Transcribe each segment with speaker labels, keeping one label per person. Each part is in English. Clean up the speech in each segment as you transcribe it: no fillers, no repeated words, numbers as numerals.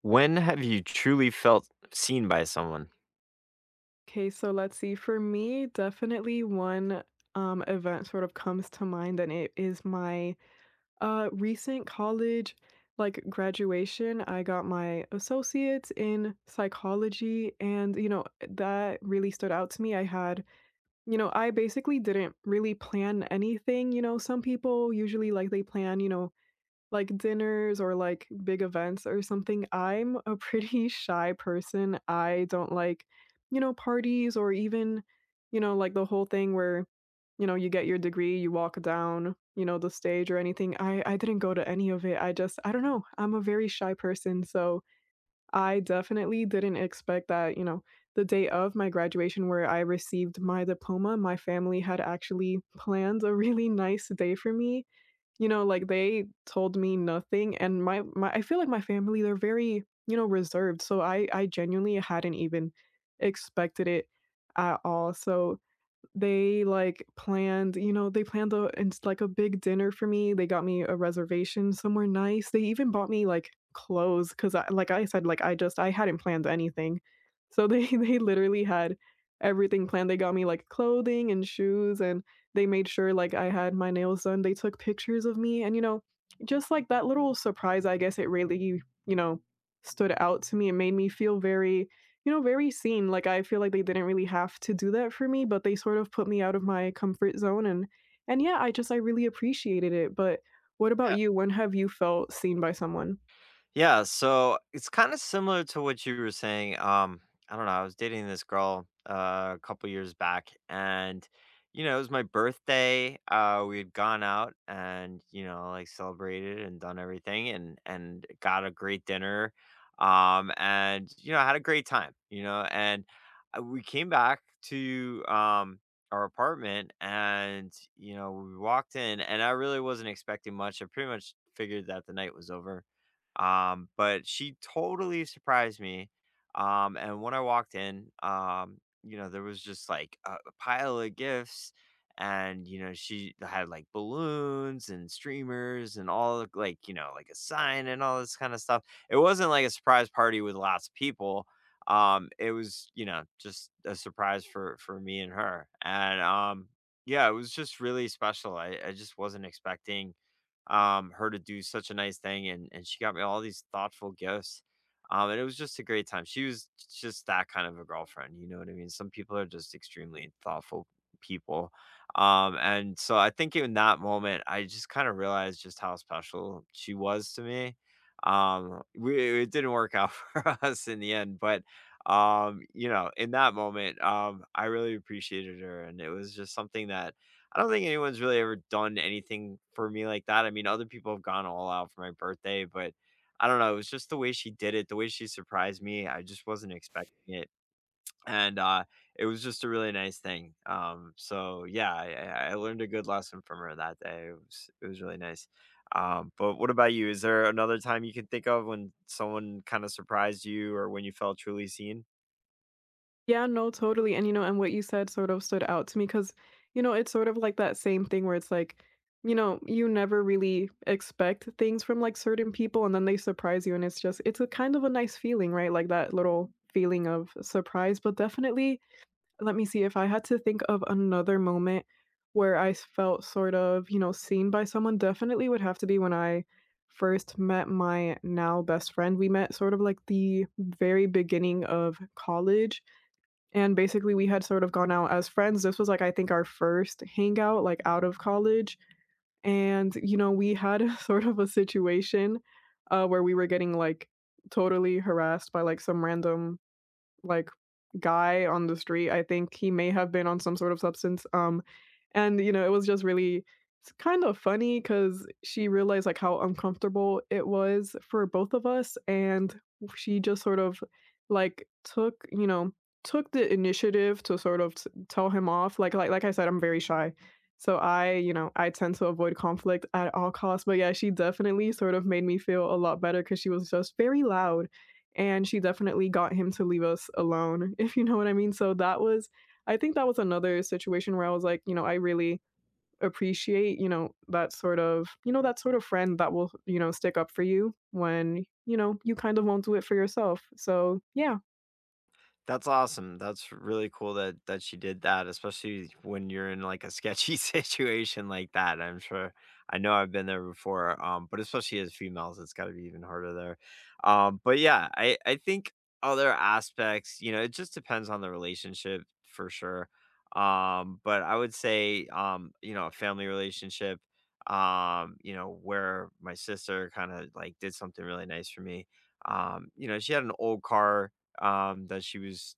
Speaker 1: When have you truly felt seen by someone?
Speaker 2: Okay, so let's see. For me, definitely one event sort of comes to mind, and it is my recent college like graduation. I got my associates in psychology, and you know, that really stood out to me. I had, you know, I basically didn't really plan anything. You know, some people usually like they plan, you know, like dinners or like big events or something, I'm a pretty shy person. I don't like, you know, parties or even, you know, like the whole thing where, you know, you get your degree, you walk down, you know, the stage or anything. I didn't go to any of it. I just I don't know. I'm a very shy person, so I definitely didn't expect that, you know, the day of my graduation where I received my diploma, my family had actually planned a really nice day for me, you know, like, they told me nothing, and my I feel like my family, they're very, you know, reserved, so I genuinely hadn't even expected it at all, so they, like, planned, you know, they planned a ins like, a big dinner for me, they got me a reservation somewhere nice, they even bought me, like, clothes 'cause I like I said, like, I just I hadn't planned anything. So they they literally had everything planned, they got me, like, clothing and shoes, and they made sure, like, I had my nails done, they took pictures of me, and, you know, just, like, that little surprise, I guess it really, you know, stood out to me, it made me feel very, you know, very seen, like, I feel like they didn't really have to do that for me, but they sort of put me out of my comfort zone, and yeah, I just I really appreciated it, but what about you? When have you felt seen by someone?
Speaker 1: Yeah, so it's kind of similar to what you were saying. I don't know. I was dating this girl a couple years back, and you know, it was my birthday. We had gone out and you know, like celebrated and done everything, and got a great dinner. And you know, had a great time. You know, and we came back to our apartment, and you know, we walked in, and I really wasn't expecting much. I pretty much figured that the night was over but she totally surprised me. And when I walked in, you know, there was just like a pile of gifts, and you know, she had like balloons and streamers and like you know, like a sign and all this kind of stuff. It wasn't like a surprise party with lots of people. It was you know just a surprise for me and her, and yeah, it was just really special. I just wasn't expecting her to do such a nice thing, and she got me all these thoughtful gifts, and it was just a great time. She was just that kind of a girlfriend, you know what I mean? Some people are just extremely thoughtful people, and so I think in that moment, I just kind of realized just how special she was to me. We it didn't work out for us in the end, but you know, in that moment, I really appreciated her, and it was just something that I don't think anyone's really ever done anything for me like that. I mean, other people have gone all out for my birthday, but I don't know. It was just the way she did it, the way she surprised me. I just wasn't expecting it. And it was just a really nice thing. So yeah, I learned a good lesson from her that day. It was really nice. But what about you? Is there another time you can think of when someone kind of surprised you, or when you felt truly seen?
Speaker 2: Yeah, no, totally, and, you know, and what you said sort of stood out to me because, you know, it's sort of like that same thing where it's like, you know, you never really expect things from, like, certain people, and then they surprise you, and it's just it's a kind of a nice feeling, right? Like, that little feeling of surprise, but definitely let me see if I had to think of another moment where I felt sort of, you know, seen by someone definitely would have to be when I first met my now best friend. We met sort of like the very beginning of college and basically we had sort of gone out as friends. This was like I think our first hangout like out of college and you know, we had sort of a situation where we were getting like totally harassed by like some random like, guy on the street. I think he may have been on some sort of substance, and, you know, it was just really it's kind of funny because she realized, like, how uncomfortable it was for both of us, and she just sort of, like, took, you know, took the initiative to sort of t tell him off, like like I said, I'm very shy, so I you know, I tend to avoid conflict at all costs, but yeah, she definitely sort of made me feel a lot better because she was just very loud, and she definitely got him to leave us alone, if you know what I mean. So that was I think that was another situation where I was like, you know, I really appreciate, you know, that sort of, you know, that sort of friend that will, you know, stick up for you when, you know, you kind of won't do it for yourself. So, yeah.
Speaker 1: That's awesome. That's really cool that she did that, especially when you're in like a sketchy situation like that. I'm sure. I know I've been there before, but especially as females, it's got to be even harder there. But yeah, I think other aspects, you know, it just depends on the relationship for sure. But I would say, you know, a family relationship, you know, where my sister kind of like did something really nice for me. You know, she had an old car that she was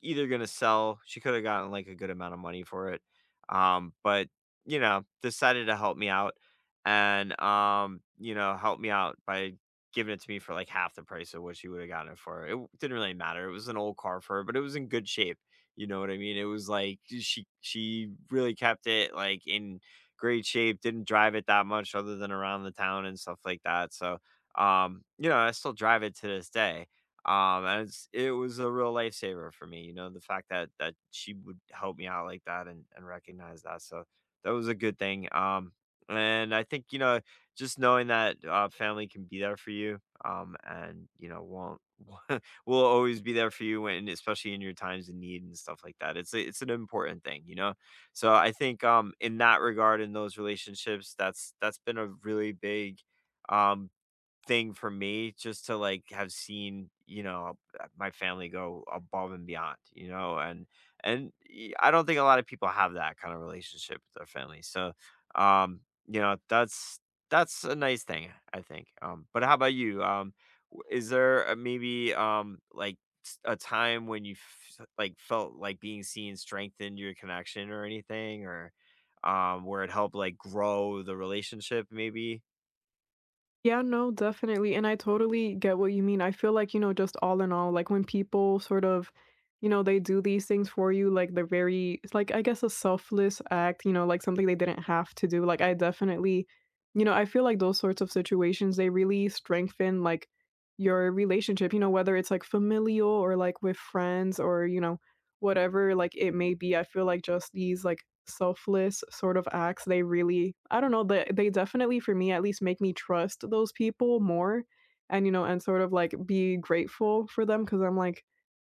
Speaker 1: either gonna sell she could have gotten like a good amount of money for it, but you know, decided to help me out and you know, help me out by giving it to me for like half the price of what she would have gotten it for. It didn't really matter. It was an old car for her, but it was in good shape. You know what I mean? It was like she really kept it like in great shape, didn't drive it that much other than around the town and stuff like that. So you know, I still drive it to this day. And it's, it was a real lifesaver for me, you know, the fact that she would help me out like that and recognize that. So that was a good thing. And I think you know, just knowing that family can be there for you, and you know, won't will always be there for you when, especially in your times of need and stuff like that. It's an important thing, you know. So I think in that regard, in those relationships, that's been a really big um thing for me just to like have seen you know my family go above and beyond you know and I don't think a lot of people have that kind of relationship with their family so um you know that's a nice thing I think but how about you is there a, maybe like a time when you like felt like being seen strengthened your connection or anything or where it helped like grow the relationship maybe.
Speaker 2: Yeah, no, definitely. And I totally get what you mean. I feel like, you know, just all in all, like when people sort of, you know, they do these things for you, like they're very, it's like, I guess a selfless act, you know, like something they didn't have to do. Like, I definitely, you know, I feel like those sorts of situations, they really strengthen like your relationship, you know, whether it's like familial or like with friends or, you know, whatever, like, it may be, I feel like just these, like, selfless sort of acts, they really I don't know, they definitely, for me at least, make me trust those people more and, you know, and sort of, like, be grateful for them because 'cause I'm like,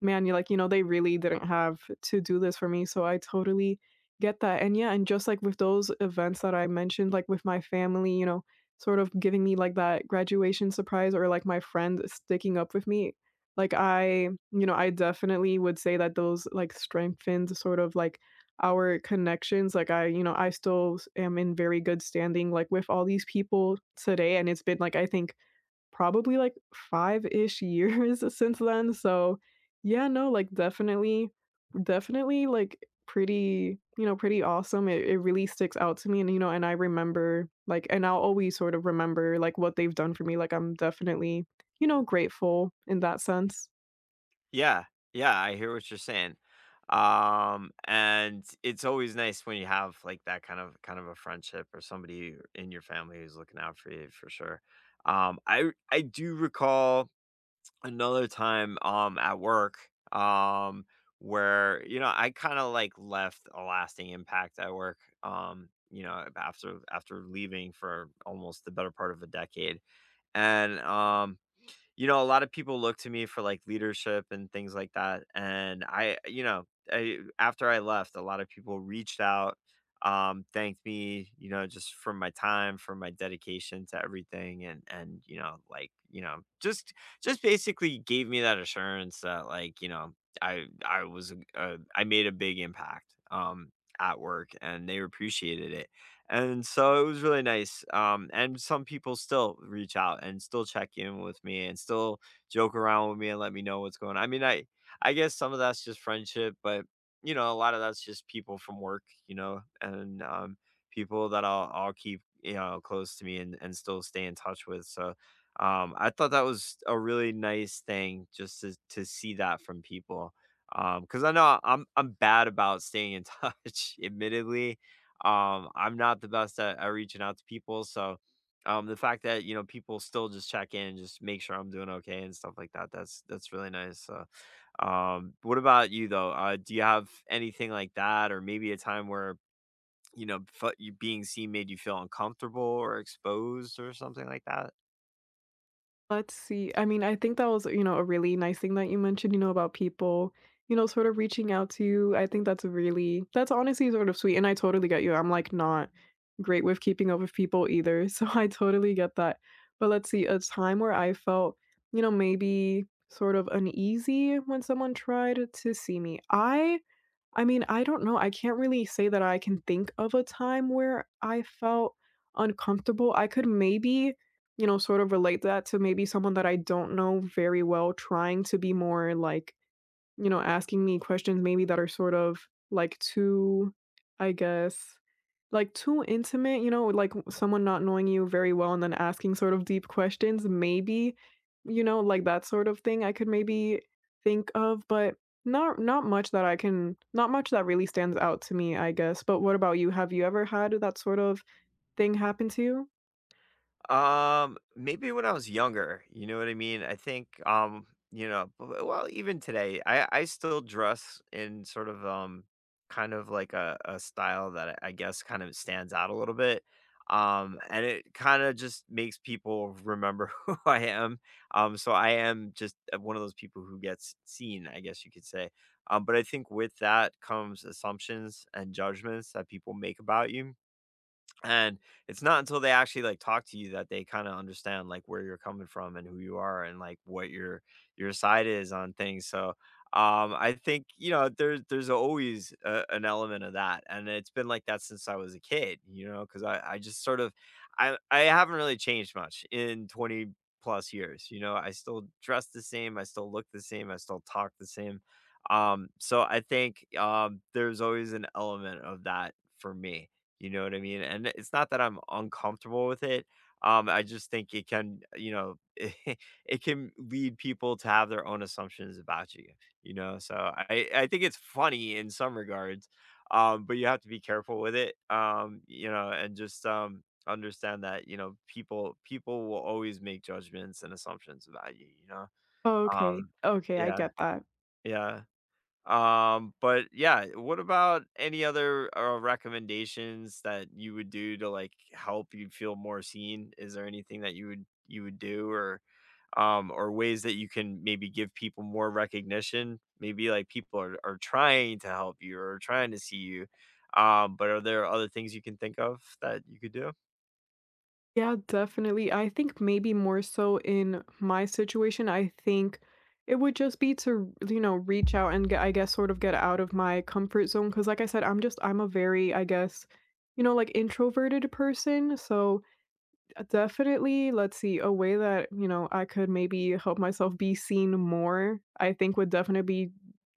Speaker 2: man, you're like, you know, they really didn't have to do this for me, so I totally get that, and yeah, and just like with those events that I mentioned, like with my family, you know, sort of giving me like that graduation surprise or like my friend sticking up with me, like I you know, I definitely would say that those like strengthened sort of like our connections, like I you know, I still s am in very good standing like with all these people today, and it's been like I think probably like 5-ish years since then, so yeah, no, like, definitely definitely, like, pretty, you know, pretty awesome. It really sticks out to me and, you know, and I remember, like, and I'll always sort of remember, like, what they've done for me, like, I'm definitely, you know, grateful in that sense.
Speaker 1: Yeah, yeah, I hear what you're saying. And it's always nice when you have like that kind of a friendship or somebody in your family who's looking out for you for sure. Um, I do recall another time at work um where you know I kind of like left a lasting impact at work you know after leaving for almost the better part of a decade and you know, a lot of people look to me for like leadership and things like that. And I, you know, I, after I left, a lot of people reached out, thanked me, you know, just for my time, for my dedication to everything, and you know, like you know, just basically gave me that assurance that like you know, I was I made a big impact at work, and they appreciated it and so it was really nice, and some people still reach out and still check in with me and still joke around with me and let me know what's going on. I mean, I guess some of that's just friendship, but you know, a lot of that's just people from work, you know, and people that I'll keep you know close to me and still stay in touch with. So I thought that was a really nice thing just to see that from people. Because I know I'm bad about staying in touch, admittedly I'm not the best at reaching out to people, so the fact that you know people still just check in and just make sure I'm doing okay and stuff like that, that's really nice. So, what about you though? Do you have anything like that, or maybe a time where you know you being seen made you feel uncomfortable or exposed or something like that?
Speaker 2: Let's see. I mean, I think that was, you know, a really nice thing that you mentioned, you know, about people, you know, sort of reaching out to you. I think that's really that's honestly sort of sweet, and I totally get you. I'm, like, not great with keeping up with people either, so I totally get that. But let's see, a time where I felt, you know, maybe sort of uneasy when someone tried to see me. I mean, I don't know, I can't really say that I can think of a time where I felt uncomfortable. I could maybe, you know, sort of relate that to maybe someone that I don't know very well trying to be more, like, you know, asking me questions maybe that are sort of, like, too I guess, like, too intimate, you know, like, someone not knowing you very well and then asking sort of deep questions, maybe, you know, like, that sort of thing I could maybe think of, but not not much that I can not much that really stands out to me, I guess, but what about you? Have you ever had that sort of thing happen to you?
Speaker 1: Maybe when I was younger, you know what I mean? I think, you know, well, even today, I still dress in sort of kind of like a style that I guess kind of stands out a little bit. And it kind of just makes people remember who I am. So I am just one of those people who gets seen, I guess you could say. But I think with that comes assumptions and judgments that people make about you and it's not until they actually, like, talk to you that they kinda understand, like, where you're coming from and who you are and, like, what your side is on things, so, I think, you know, there's always a an element of that, and it's been like that since I was a kid, you know, because I just sort of I haven't really changed much in 20 plus years, you know, I still dress the same, I still look the same, I still talk the same, so I think, there's always an element of that for me. You know what I mean? And it's not that I'm uncomfortable with it. I just think it can, you know, it can lead people to have their own assumptions about you, you know? So I think it's funny in some regards, but you have to be careful with it, you know, and just understand that, you know, people people will always make judgments and assumptions about you, you know?
Speaker 2: Oh, okay.
Speaker 1: Um,
Speaker 2: Okay, I
Speaker 1: yeah,
Speaker 2: get that.
Speaker 1: yeah. But yeah, what about any other recommendations that you would do to like help you feel more seen? Is there anything that you would do or ways that you can maybe give people more recognition? Maybe like people are trying to help you or trying to see you. But are there other things you can think of that you could do?
Speaker 2: Yeah, definitely. I think maybe more so in my situation, I think it would just be to, you know, reach out and get, I guess, sort of get out of my comfort zone. Cause like I said, I'm just, I'm a very, I guess, you know, like introverted person. So, definitely, let's see, a way that, you know, I could maybe help myself be seen more, I think would definitely be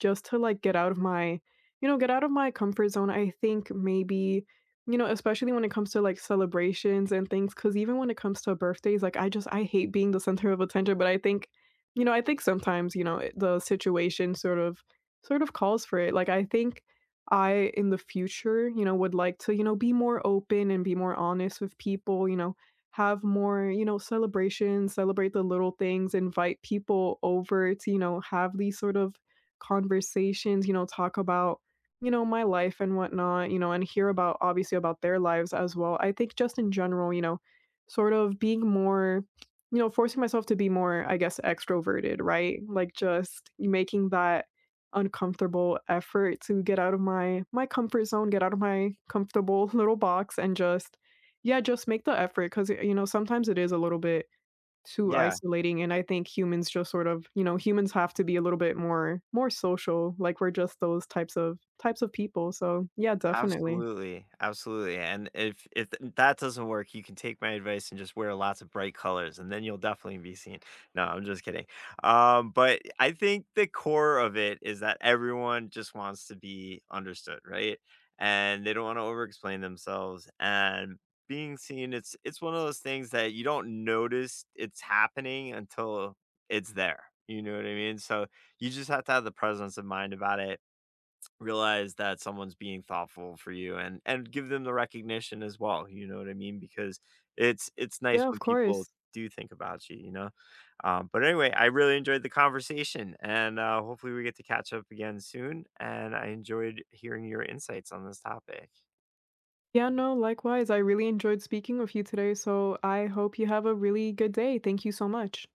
Speaker 2: just to, like, get out of my, you know, get out of my comfort zone. I think maybe, you know, especially when it comes to, like, celebrations and things. Because even when it comes to birthdays, like, I just I hate being the center of attention, but I think, you know, I think sometimes, you know, it the situation sort of calls for it. Like, I think I, in the future, you know, would like to, you know, be more open and be more honest with people, you know, have more, you know, celebrations, celebrate the little things, invite people over to, you know, have these sort of conversations, you know, talk about, you know, my life and whatnot, you know, and hear about obviously about their lives as well. I think just in general, you know, sort of being more, you know, forcing myself to be more, I guess, extroverted, right? Like just making that uncomfortable effort to get out of my comfort zone, get out of my comfortable little box and just yeah, just make the effort, cause you know, sometimes it is a little bit too
Speaker 1: Yeah.
Speaker 2: isolating, and I think humans just sort of you know, humans have to be a little bit more more social, like, we're just those types of people, so, yeah, definitely.
Speaker 1: Absolutely, absolutely, and if that doesn't work, you can take my advice and just wear lots of bright colors, and then you'll definitely be seen. No, I'm just kidding. But I think the core of it is that everyone just wants to be understood, right? And they don't want to overexplain themselves. And being seen, it's one of those things that you don't notice it's happening until it's there. You know what I mean? So you just have to have the presence of mind about it realize that someone's being thoughtful for you and give them the recognition as well, you know what I mean? Because it's nice
Speaker 2: Yeah, of
Speaker 1: when people
Speaker 2: course.
Speaker 1: do think about you, you know? But anyway, I really enjoyed the conversation and hopefully we get to catch up again soon. And I enjoyed hearing your insights on this topic.
Speaker 2: Yeah, no, likewise, I really enjoyed speaking with you today, so I hope you have a really good day. Thank you so much.